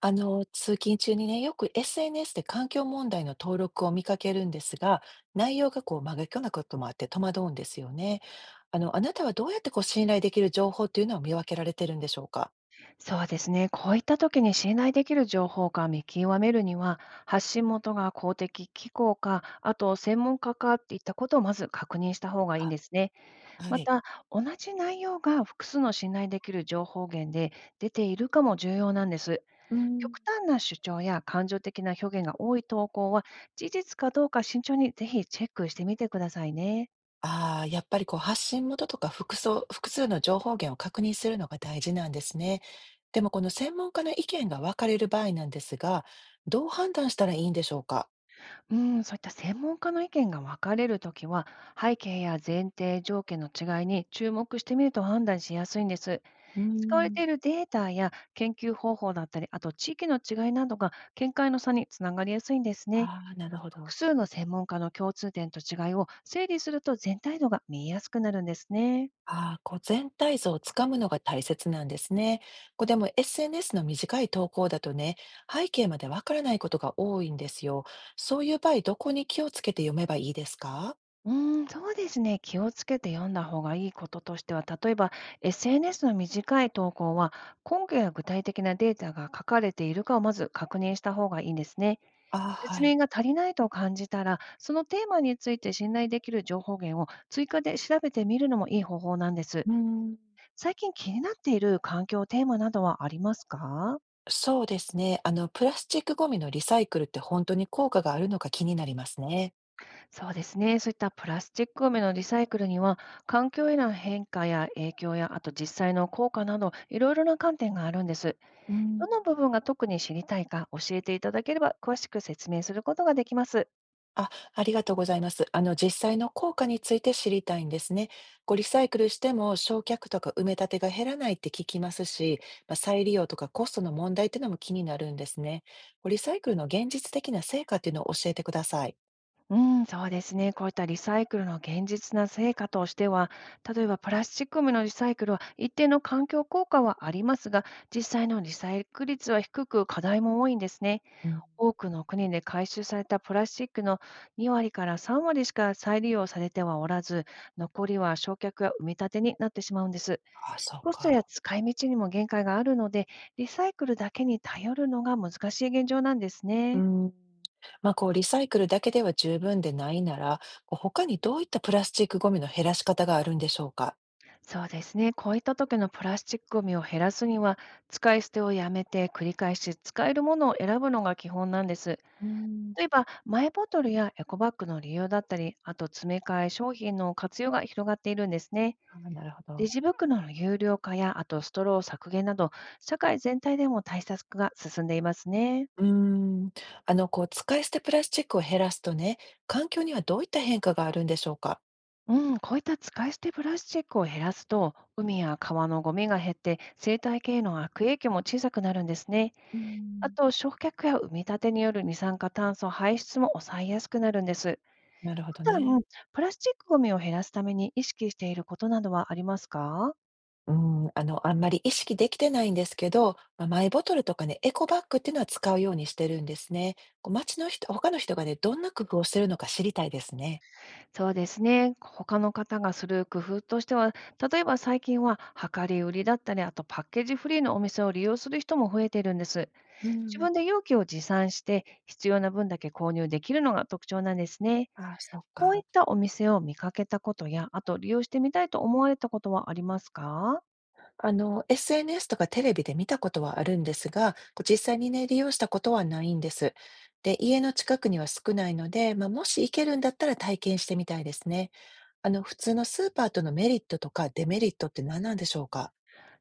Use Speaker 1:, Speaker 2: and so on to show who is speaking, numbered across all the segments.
Speaker 1: 通勤中にね、よく SNS で環境問題の登録を見かけるんですが、内容がこう真逆なこともあって戸惑うんですよね。あなたはどうやってこう信頼できる情報っていうのを見分けられてるんでしょうか？
Speaker 2: そうですね。こういった時に信頼できる情報か見極めるには、発信元が公的機構か、あと専門家かっていったことをまず確認した方がいいん
Speaker 1: あ、
Speaker 2: ですね。
Speaker 1: は
Speaker 2: ま
Speaker 1: い。
Speaker 2: た、同じ内容が複数の信頼できる情報源で出ているかも重要なんです。
Speaker 1: うん。
Speaker 2: 極端な主張や感情的な表現が多い投稿は、事実かどうか慎重にぜひチェックしてみてくださいね。
Speaker 1: ああ、やっぱりこう発信元とか複数の情報源を確認するのが大事なんですね。でもこの専門家の意見が分かれる場合なんですが、どう判断したらいいんでしょうか？
Speaker 2: うん、そういった専門家の意見が分かれるときは、背景や前提条件の違いに注目してみると判断しやすいんです。
Speaker 1: う
Speaker 2: 使われて
Speaker 1: ん。
Speaker 2: いるデータや研究方法だったり、あと地域の違いなどが見解の差につながりやすいんですね。
Speaker 1: ああ、なるほど。
Speaker 2: 複数の専門家の共通点と違いを整理すると全体度が見えやすくなるんですね。
Speaker 1: ああ、こう全体像をつかむのが大切なんですね。こうでも SNS の短い投稿だとね、背景までわからないことが多いんですよ。そういう場合、どこに気をつけて読めばいいですか？
Speaker 2: うーん、そうですね。気をつけて読んだ方がいいこととしては、例えば SNS の短い投稿は、根拠や具体的なデータが書かれているかをまず確認した方がいいんですね。
Speaker 1: ああ、
Speaker 2: 説
Speaker 1: は
Speaker 2: 明
Speaker 1: い。
Speaker 2: が足りないと感じたら、そのテーマについて信頼できる情報源を追加で調べてみるのもいい方法なんです。
Speaker 1: うーん、
Speaker 2: 最近気になっている環境テーマなどはありますか？
Speaker 1: そうですね。プラスチックごみのリサイクルって本当に効果があるのか気になりますね。
Speaker 2: そうですね。そういったプラスチックごみのリサイクルには、環境への変化や影響や、あと実際の効果など、いろいろな観点があるんです。
Speaker 1: う
Speaker 2: ど
Speaker 1: ん。
Speaker 2: の部分が特に知りたいか教えていただければ、詳しく説明することができます。
Speaker 1: あ、ありがとうございます。実際の効果について知りたいんですね。こう、リサイクルしても焼却とか埋め立てが減らないって聞きますし、まあ、再利用とかコストの問題っていうのも気になるんですね。こうリサイクルの現実的な成果っていうのを教えてください。
Speaker 2: うん、そうですね。こういったリサイクルの現実な成果としては、例えばプラスチックごみのリサイクルは一定の環境効果はありますが、実際のリサイクル率は低く課題も多いんですね。
Speaker 1: うん。
Speaker 2: 多くの国で回収されたプラスチックの2割から3割しか再利用されてはおらず、残りは焼却や埋め立てになってしまうんです。
Speaker 1: あ、そう
Speaker 2: コストや
Speaker 1: か。
Speaker 2: 使い道にも限界があるので、リサイクルだけに頼るのが難しい現状なんです
Speaker 1: う
Speaker 2: ね。
Speaker 1: ん。まあ、こう、リサイクルだけでは十分でないなら、こう他にどういったプラスチックゴミの減らし方があるんでしょうか。
Speaker 2: そうですね。こういった時のプラスチックゴミを減らすには、使い捨てをやめて繰り返し使えるものを選ぶのが基本なんです。
Speaker 1: うん、
Speaker 2: 例えば、マイボトルやエコバッグの利用だったり、あと詰め替え商品の活用が広がっているんですね。
Speaker 1: あ、なるほ
Speaker 2: レ
Speaker 1: ど。
Speaker 2: ジ袋の有料化や、あとストロー削減など、社会全体でも対策が進んでいますね。
Speaker 1: うーん、こう、使い捨てプラスチックを減らすとね、環境にはどういった変化があるんでしょうか？
Speaker 2: うん、こういった使い捨てプラスチックを減らすと、海や川のゴミが減って、生態系への悪影響も小さくなるんですね。
Speaker 1: うー
Speaker 2: あ
Speaker 1: ん。
Speaker 2: と、焼却や埋め立てによる二酸化炭素排出も抑えやすくなるんです。
Speaker 1: なるほ
Speaker 2: 普
Speaker 1: ど
Speaker 2: 段、
Speaker 1: ね。
Speaker 2: プラスチックゴミを減らすために意識していることなどはありますか？
Speaker 1: うん、あんまり意識できてないんですけど、まあ、マイボトルとかね、エコバッグっていうのは使うようにしてるんですね。こう、街の人他の人がね、どんな工夫をしてるのか知りたいですね。
Speaker 2: そうですね。他の方がする工夫としては、例えば最近は量り売りだったり、あとパッケージフリーのお店を利用する人も増えているんです。
Speaker 1: う
Speaker 2: 自
Speaker 1: ん。
Speaker 2: 分で容器を持参して、必要な分だけ購入できるのが特徴なんですね。
Speaker 1: ああ、そっ
Speaker 2: こう
Speaker 1: か。
Speaker 2: いったお店を見かけたことや、あと利用してみたいと思われたことはありますか？
Speaker 1: SNS とかテレビで見たことはあるんですが、こう実際にね、利用したことはないんです。で、家の近くには少ないので、まあ、もし行けるんだったら体験してみたいですね。普通のスーパーとのメリットとかデメリットって何なんでしょうか？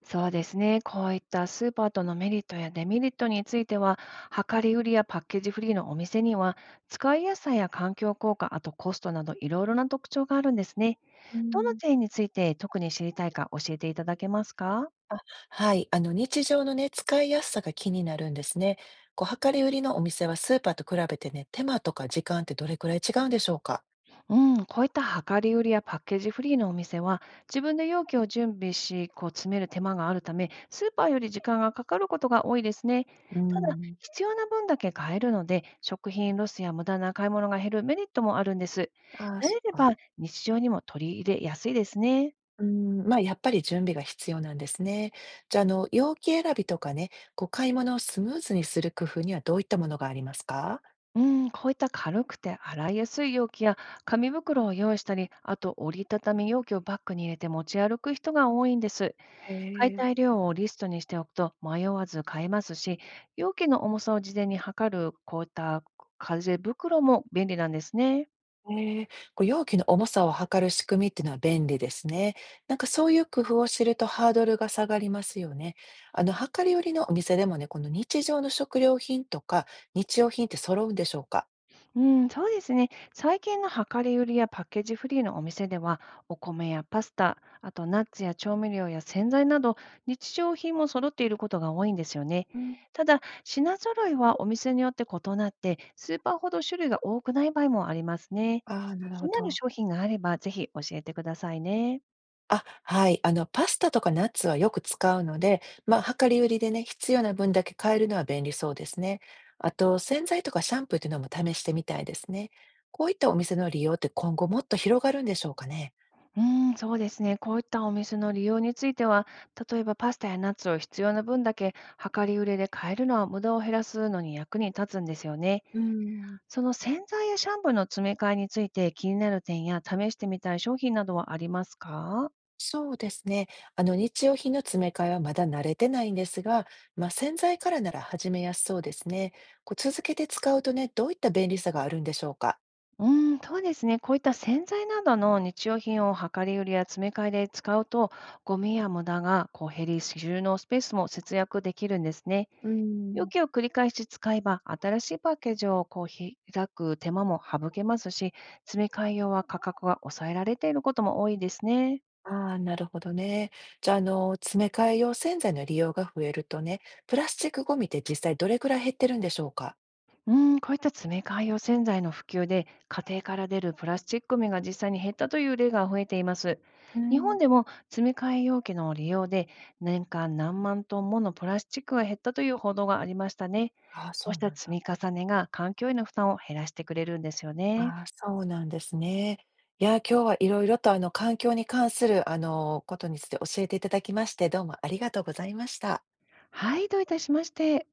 Speaker 2: そうですね。こういったスーパーとのメリットやデメリットについては、量り売りやパッケージフリーのお店には、使いやすさや環境効果、あとコストなどいろいろな特徴があるんですね。
Speaker 1: う
Speaker 2: どの
Speaker 1: ん、
Speaker 2: 点について特に知りたいか教えていただけますか？
Speaker 1: あ、はい。日常のね、使いやすさが気になるんですね。こう、量り売りのお店はスーパーと比べてね、手間とか時間ってどれくらい違うんでしょうか？
Speaker 2: うん、こういった量り売りやパッケージフリーのお店は、自分で容器を準備し、こう詰める手間があるため、スーパーより時間がかかることが多いですね。
Speaker 1: う
Speaker 2: ただ、
Speaker 1: ん。
Speaker 2: 必要な分だけ買えるので、食品ロスや無駄な買い物が減るメリットもあるんです。
Speaker 1: ああー、
Speaker 2: 慣
Speaker 1: そ
Speaker 2: れ
Speaker 1: っ
Speaker 2: れ
Speaker 1: か。
Speaker 2: ば日常にも取り入れやすいですね。
Speaker 1: うーん、まあ、やっぱり準備が必要なんですね。じゃあ、容器選びとかね、こう、買い物をスムーズにする工夫にはどういったものがありますか？
Speaker 2: うん、こういった軽くて洗いやすい容器や紙袋を用意したり、あと折りたたみ容器をバッグに入れて持ち歩く人が多いんです。
Speaker 1: へ
Speaker 2: 買い
Speaker 1: え。
Speaker 2: たい量をリストにしておくと迷わず買えますし、容器の重さを事前に測るこういった風袋も便利なんですね。
Speaker 1: ええ、こう、容器の重さを測る仕組みっていうのは便利ですね。なんか、そういう工夫を知るとハードルが下がりますよね。量り売りのお店でもね、この日常の食料品とか日用品って揃うんでしょうか？
Speaker 2: うん、そうですね。最近の量り売りやパッケージフリーのお店では、お米やパスタ、あとナッツや調味料や洗剤など、日常品も揃っていることが多いんですよね。
Speaker 1: うん。
Speaker 2: ただ、品揃いはお店によって異なって、スーパーほど種類が多くない場合もありますね。
Speaker 1: ああ、なる
Speaker 2: 気
Speaker 1: ほ
Speaker 2: になる
Speaker 1: ど。
Speaker 2: 商品があれば、ぜひ教えてくださいね。
Speaker 1: あ、はい。パスタとかナッツはよく使うので、まあ、量り売りでね、必要な分だけ買えるのは便利そうですね。あと、洗剤とかシャンプーというのも試してみたいですね。こういったお店の利用って今後もっと広がるんでしょうかね。
Speaker 2: うーん、そうですね。こういったお店の利用については、例えばパスタやナッツを必要な分だけ量り売りで買えるのは無駄を減らすのに役に立つんですよね。
Speaker 1: うーん、
Speaker 2: その洗剤やシャンプーの詰め替えについて気になる点や試してみたい商品などはありますか？
Speaker 1: そうですね。日用品の詰め替えはまだ慣れてないんですが、まあ、洗剤からなら始めやすそうですね。こう続けて使うとね、どういった便利さがあるんでしょうか。
Speaker 2: うーん、そうですね。こういった洗剤などの日用品を量り売りや詰め替えで使うと、ゴミや無駄がこう減り、収納スペースも節約できるんですね。
Speaker 1: うー
Speaker 2: 容
Speaker 1: ん。
Speaker 2: 器を繰り返し使えば、新しいパッケージをこう開く手間も省けますし、詰め替え用は価格が抑えられていることも多いですね。
Speaker 1: ああ、なるほどね。じゃあ、詰め替え用洗剤の利用が増えるとね、プラスチックゴミって実際どれくらい減ってるんでしょうか？
Speaker 2: うん、こういった詰め替え用洗剤の普及で、家庭から出るプラスチックゴミが実際に減ったという例が増えています。
Speaker 1: う
Speaker 2: 日本
Speaker 1: ん。
Speaker 2: でも詰め替え容器の利用で、年間何万トンものプラスチックが減ったという報道がありましたね。
Speaker 1: ああ、
Speaker 2: こ
Speaker 1: そ
Speaker 2: う
Speaker 1: う
Speaker 2: し
Speaker 1: な
Speaker 2: た
Speaker 1: ん
Speaker 2: 積
Speaker 1: だ。
Speaker 2: み重ねが環境への負担を減らしてくれるんですよね。
Speaker 1: ああ、そうなんですね。いや、今日は色々と環境に関することについて教えていただきまして、どうもありがとうございました。
Speaker 2: はい、どういたしまして。